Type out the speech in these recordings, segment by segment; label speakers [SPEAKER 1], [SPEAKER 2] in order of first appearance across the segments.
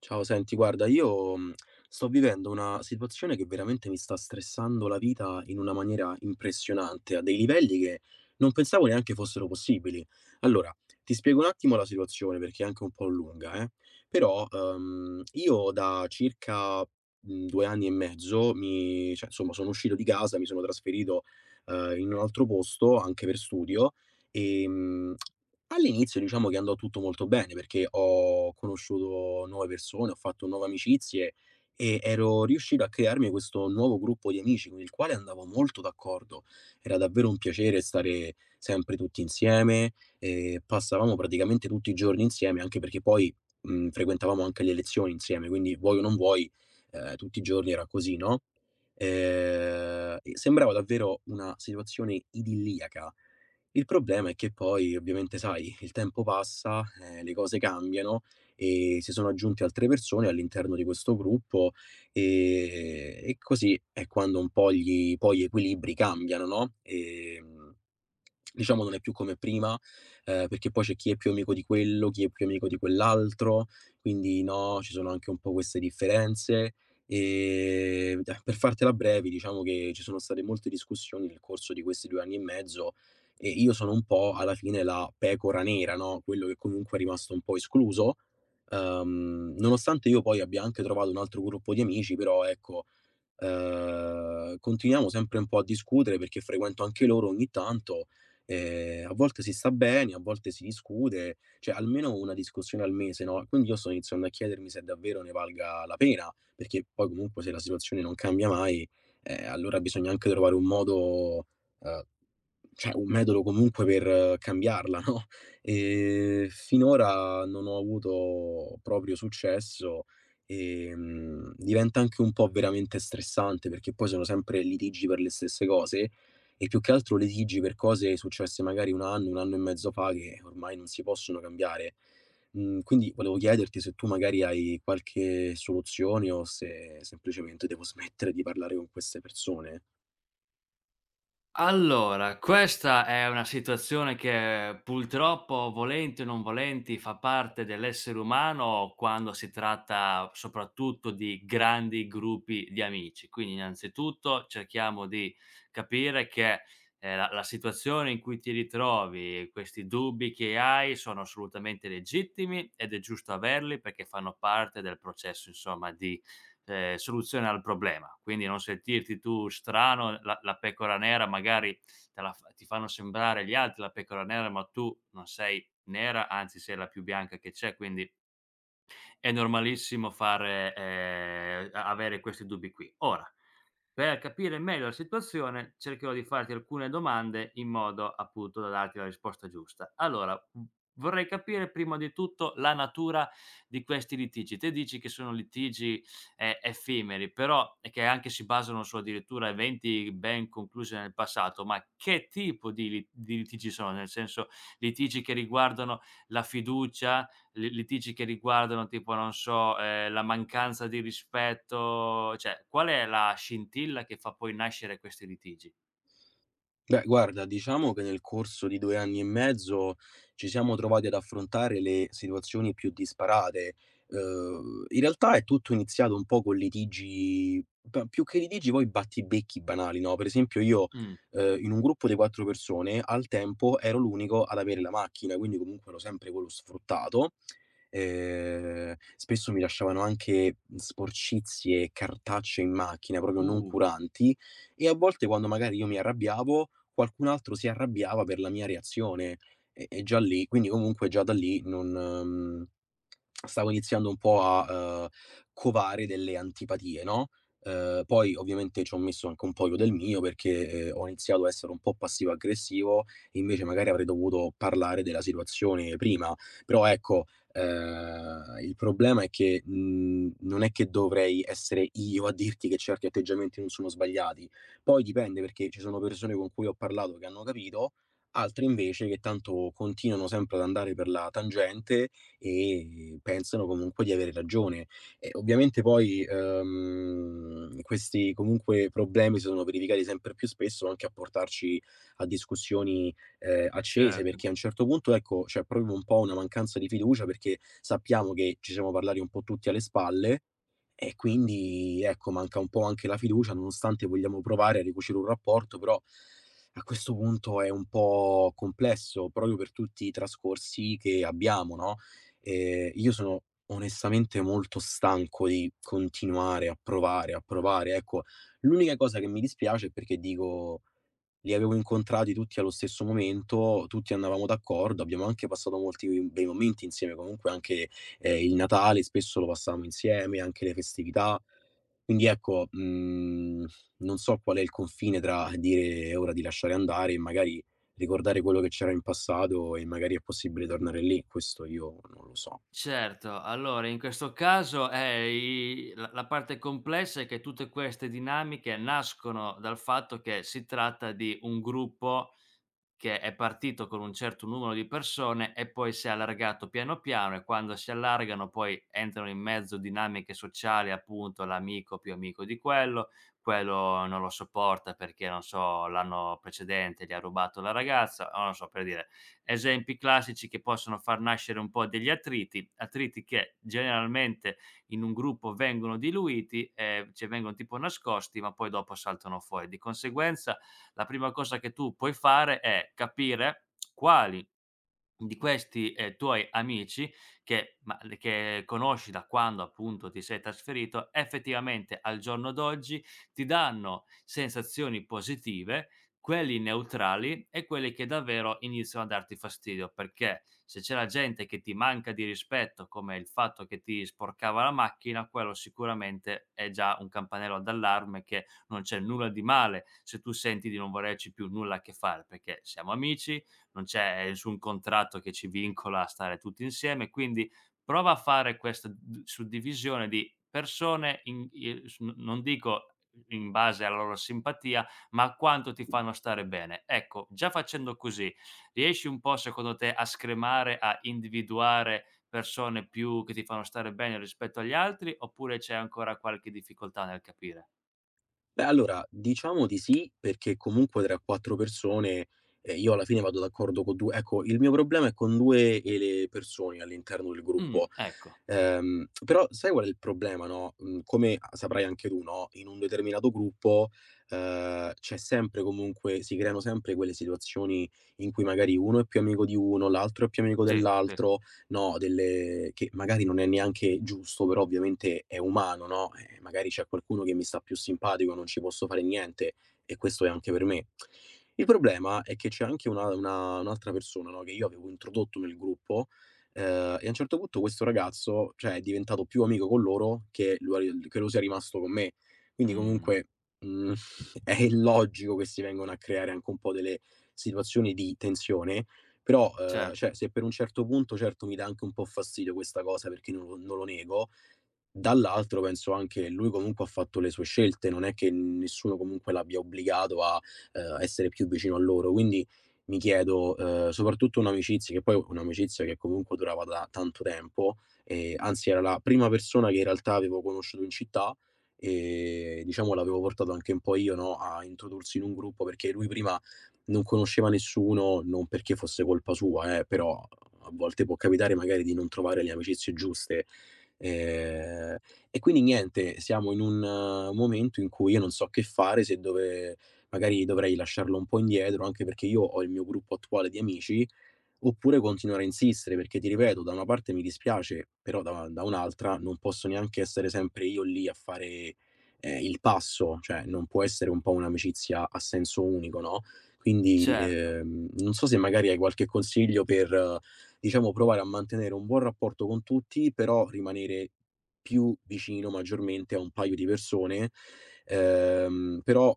[SPEAKER 1] Ciao, senti, guarda, io sto vivendo una situazione che veramente mi sta stressando la vita in una maniera impressionante, a dei livelli che non pensavo neanche fossero possibili. Allora, ti spiego un attimo la situazione perché è anche un po' lunga, eh. Però io da circa due anni e mezzo insomma, sono uscito di casa, mi sono trasferito in un altro posto, anche per studio, e, all'inizio diciamo che andò tutto molto bene, perché ho conosciuto nuove persone, ho fatto nuove amicizie e ero riuscito a crearmi questo nuovo gruppo di amici con il quale andavo molto d'accordo. Era davvero un piacere stare sempre tutti insieme e passavamo praticamente tutti i giorni insieme, anche perché poi, frequentavamo anche le lezioni insieme, quindi vuoi o non vuoi, tutti i giorni era così, no, e sembrava davvero una situazione idilliaca. Il problema è che poi ovviamente sai, il tempo passa, le cose cambiano e si sono aggiunte altre persone all'interno di questo gruppo, ehm, e così è quando un po' gli equilibri cambiano, no, diciamo non è più come prima, perché poi c'è chi è più amico di quello, chi è più amico di quell'altro, quindi no, ci sono anche un po' queste differenze. Per fartela breve diciamo che ci sono state molte discussioni nel corso di questi 2 anni e mezzo e io sono un po' alla fine la pecora nera, no, quello che comunque è rimasto un po' escluso. Nonostante io poi abbia anche trovato un altro gruppo di amici, però ecco, continuiamo sempre un po' a discutere perché frequento anche loro ogni tanto, a volte si sta bene, a volte si discute, cioè almeno una discussione al mese, no, quindi io sto iniziando a chiedermi se davvero ne valga la pena, perché poi comunque se la situazione non cambia mai, allora bisogna anche trovare un modo, ehm, cioè un metodo comunque per cambiarla, no, finora non ho avuto proprio successo. Diventa anche un po' veramente stressante, perché poi sono sempre litigi per le stesse cose e più che altro litigi per cose successe magari 1 anno, 1 anno e mezzo fa che ormai non si possono cambiare. Quindi volevo chiederti se tu magari hai qualche soluzione o se semplicemente devo smettere di parlare con queste persone.
[SPEAKER 2] Allora, questa è una situazione che purtroppo, volenti o non volenti, fa parte dell'essere umano quando si tratta soprattutto di grandi gruppi di amici. Quindi, innanzitutto, cerchiamo di capire che, la situazione in cui ti ritrovi, questi dubbi che hai sono assolutamente legittimi ed è giusto averli perché fanno parte del processo, insomma, di soluzione al problema. Quindi non sentirti tu strano, la pecora nera magari te la f ti fanno sembrare gli altri la pecora nera, ma tu non sei nera, anzi sei la più bianca che c'è, quindi è normalissimo fare a avere questi dubbi qui. Ora per capire meglio la situazione, cercherò di farti alcune domande in modo, appunto, da darti la risposta giusta. Allora, v vorrei capire prima di tutto la natura di questi litigi. Te dici che sono litigi, effimeri, però e che anche si basano su addirittura eventi ben conclusi nel passato, ma che tipo di li di litigi sono? Nel senso, litigi che riguardano la fiducia, li litigi che riguardano tipo, non so, la mancanza di rispetto, cioè, qual è la scintilla che fa poi nascere questi litigi?
[SPEAKER 1] Beh, guarda, diciamo che nel corso di 2 anni e mezzo ci siamo trovati ad affrontare le situazioni più disparate. In realtà è tutto iniziato un po' con litigi p più che litigi poi battibecchi banali, no, per esempio io,
[SPEAKER 2] Mh,
[SPEAKER 1] uhm, in un gruppo di 4 persone al tempo ero l'unico ad avere la macchina, quindi comunque ero sempre quello sfruttato. Spesso mi lasciavano anche sporcizie, cartacee in macchina, proprio non
[SPEAKER 2] uh,
[SPEAKER 1] curanti, e a volte quando magari io mi arrabbiavo, qualcun altro si arrabbiava per la mia reazione e già lì quindi comunque già da lì non stavo iniziando un po' a, covare delle antipatie, no, poi ovviamente ci ho messo anche un po' io del mio perché, ho iniziato a essere un po' passivo aggressivo, invece magari avrei dovuto parlare della situazione prima. Però ecco, il problema è che, non è che dovrei essere io a dirti che certi atteggiamenti non sono sbagliati. Poi dipende, perché ci sono persone con cui ho parlato che hanno capito, altre invece che tanto continuano sempre ad andare per la tangente e pensano comunque di avere ragione. E ovviamente poi, questi comunque problemi si sono verificati sempre più spesso anche a portarci a discussioni accese,
[SPEAKER 2] certo.
[SPEAKER 1] perché a un certo punto, ecco, c'è proprio un po' una mancanza di fiducia, perché sappiamo che ci siamo parlati un po' tutti alle spalle e quindi, ecco, manca un po' anche la fiducia, nonostante vogliamo provare a ricucire un rapporto, però a questo punto è un po' complesso, proprio per tutti i trascorsi che abbiamo, no, io sono onestamente molto stanco di continuare a provare, ecco. L'unica cosa che mi dispiace è perché dico li avevo incontrati tutti allo stesso momento, tutti andavamo d'accordo, abbiamo anche passato molti bei momenti insieme, comunque anche, il Natale spesso lo passavamo insieme, anche le festività. Quindi ecco, non so qual è il confine tra dire: "È ora di lasciare andare" e magari ricordare quello che c'era in passato e magari è possibile tornare lì, questo io non lo so.
[SPEAKER 2] Certo, allora in questo caso, i la parte complessa è che tutte queste dinamiche nascono dal fatto che si tratta di un gruppo che è partito con un certo numero di persone e poi si è allargato piano piano, e quando si allargano poi entrano in mezzo dinamiche sociali, appunto l'amico più amico di quello, quello non lo sopporta perché, non so, l'anno precedente gli ha rubato la ragazza, o non so, per dire esempi classici che possono far nascere un po' degli attriti, attriti che generalmente in un gruppo vengono diluiti, cioè vengono tipo nascosti, ma poi dopo saltano fuori. Di conseguenza la prima cosa che tu puoi fare è capire quali di questi, tuoi amici che ma le che conosci da quando appunto ti sei trasferito, effettivamente al giorno d'oggi ti danno sensazioni positive, quelli neutrali e quelli che davvero iniziano a darti fastidio, perché se c'è la gente che ti manca di rispetto, come il fatto che ti sporcava la macchina, quello sicuramente è già un campanello d'allarme che non c'è nulla di male se tu senti di non volerci più nulla a che fare, perché siamo amici, non c'è nessun contratto che ci vincola a stare tutti insieme, quindi prova a fare questa suddivisione di persone, non dico in base alla loro simpatia, ma quanto ti fanno stare bene. Ecco, già facendo così, riesci un po' secondo te a scremare, a individuare persone più che ti fanno stare bene rispetto agli altri, oppure c'è ancora qualche difficoltà nel capire?
[SPEAKER 1] Beh, allora, diciamo di sì, perché comunque tra 4 persone, io alla fine vado d'accordo con 2 ecco, il mio problema è con 2 e le persone all'interno del gruppo.
[SPEAKER 2] Ecco.
[SPEAKER 1] Però sai qual è il problema, no, come a saprai anche tu, no, in un determinato gruppo, c'è sempre comunque si creano sempre quelle situazioni in cui magari uno è più amico di uno, l'altro è più amico
[SPEAKER 2] Sì, sì, sì.
[SPEAKER 1] dell'altro, no, delle che magari non è neanche giusto, però ovviamente è umano, no, magari c'è qualcuno che mi sta più simpatico, non ci posso fare niente e questo è anche per me. Il problema è che c'è anche una un'altra persona, no, che io avevo introdotto nel gruppo. E a un certo punto questo ragazzo, cioè è diventato più amico con loro che lo è ri che lo sia rimasto con me. Quindi
[SPEAKER 2] Mh,
[SPEAKER 1] comunque, mhmm, è illogico che si vengano a creare anche un po' delle situazioni di tensione, però,
[SPEAKER 2] certo,
[SPEAKER 1] cioè se per un certo punto certo mi dà anche un po' fastidio questa cosa perché non lo nego. Dall'altro penso anche che lui comunque ha fatto le sue scelte, non è che nessuno comunque l'abbia obbligato a, essere più vicino a loro. Quindi mi chiedo, soprattutto un'amicizia che poi è un'amicizia che comunque durava da tanto tempo, anzi era la prima persona che in realtà avevo conosciuto in città, diciamo l'avevo portato anche un po' io, no, a introdursi in un gruppo, perché lui prima non conosceva nessuno, non perché fosse colpa sua però a volte può capitare magari di non trovare le amicizie giuste. Ehm, e quindi niente, siamo in un momento in cui io non so che fare, se dove magari dovrei lasciarlo un po' indietro, anche perché io ho il mio gruppo attuale di amici, oppure continuare a insistere, perché ti ripeto, da una parte mi dispiace, però da un'altra non posso neanche essere sempre io lì a fare, il passo, cioè non può essere un po' un'amicizia a senso unico, no, quindi,
[SPEAKER 2] certo.
[SPEAKER 1] non so se magari hai qualche consiglio per diciamo provare a mantenere un buon rapporto con tutti, però rimanere più vicino maggiormente a un paio di persone, però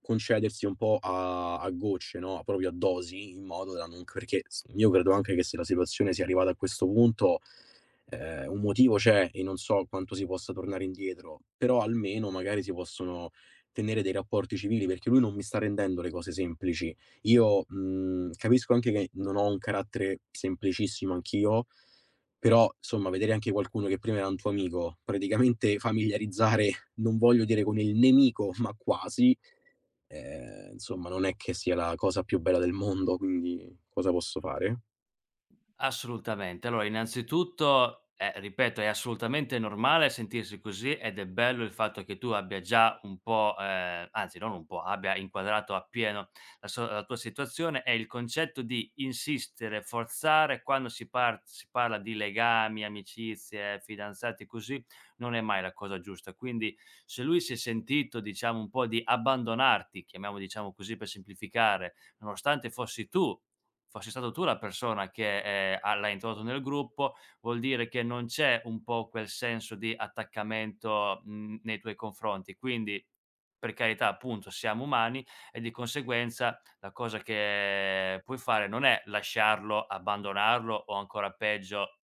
[SPEAKER 1] concedersi un po' a gocce, no, proprio a dosi, in modo da non perché s io credo anche che se la situazione sia arrivata a questo punto, un motivo c'è e non so quanto si possa tornare indietro, però almeno magari si possono tenere dei rapporti civili, perché lui non mi sta rendendo le cose semplici. Io, capisco anche che non ho un carattere semplicissimo anch'io, però insomma vedere anche qualcuno che prima era un tuo amico, praticamente familiarizzare, non voglio dire con il nemico, ma quasi, insomma non è che sia la cosa più bella del mondo, quindi cosa posso fare?
[SPEAKER 2] Assolutamente. Allora, innanzitutto, ripeto, è assolutamente normale sentirsi così ed è bello il fatto che tu abbia già un po', anzi non un po', abbia inquadrato appieno la, la tua situazione, e il concetto di insistere, forzare quando si, si parla di legami, amicizie, fidanzati, così, non è mai la cosa giusta. Quindi se lui si è sentito, diciamo, un po' di abbandonarti, chiamiamo diciamo così per semplificare, nonostante fossi stato tu la persona che, ha l'ha introdotto nel gruppo, vuol dire che non c'è un po' quel senso di attaccamento, mhmm, nei tuoi confronti. Quindi, per carità, appunto, siamo umani e di conseguenza la cosa che puoi fare non è lasciarlo, abbandonarlo o ancora peggio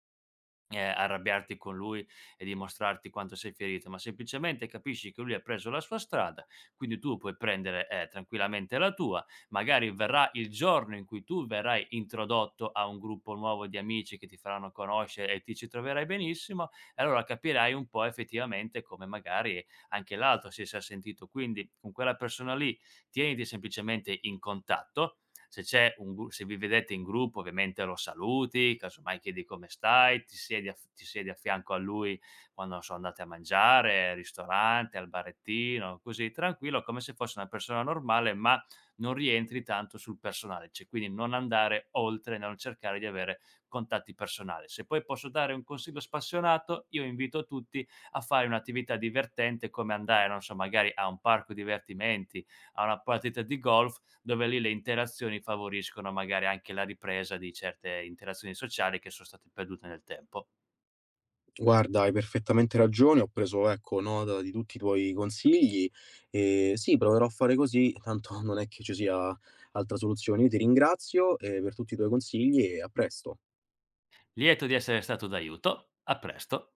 [SPEAKER 2] arrabbiarti con lui e dimostrarti quanto sei ferito, ma semplicemente capisci che lui ha preso la sua strada, quindi tu puoi prendere, tranquillamente la tua. Magari verrà il giorno in cui tu verrai introdotto a un gruppo nuovo di amici che ti faranno conoscere e ti ci troverai benissimo, e allora capirai un po' effettivamente come magari anche l'altro si sia sentito. Quindi con quella persona lì tieniti semplicemente in contatto: se c'è un gru se vi vedete in gruppo ovviamente lo saluti, casomai chiedi come stai, ti siedi a fianco a lui quando, non so, andate a mangiare, al ristorante, al barettino, così tranquillo, come se fosse una persona normale, ma non rientri tanto sul personale, cioè quindi non andare oltre, non cercare di avere contatti personali. Se poi posso dare un consiglio spassionato, io invito tutti a fare un'attività divertente come andare, non so, magari a un parco divertimenti, a una partita di golf, dove lì le interazioni favoriscono magari anche la ripresa di certe interazioni sociali che son state perdute nel tempo.
[SPEAKER 1] Guarda, hai perfettamente ragione, ho preso ecco nota di tutti i tuoi consigli e sì, proverò a fare così, tanto non è che ci sia altra soluzione. Io ti ringrazio, per tutti i tuoi consigli e a presto.
[SPEAKER 2] Lieto di essere stato d'aiuto, a presto.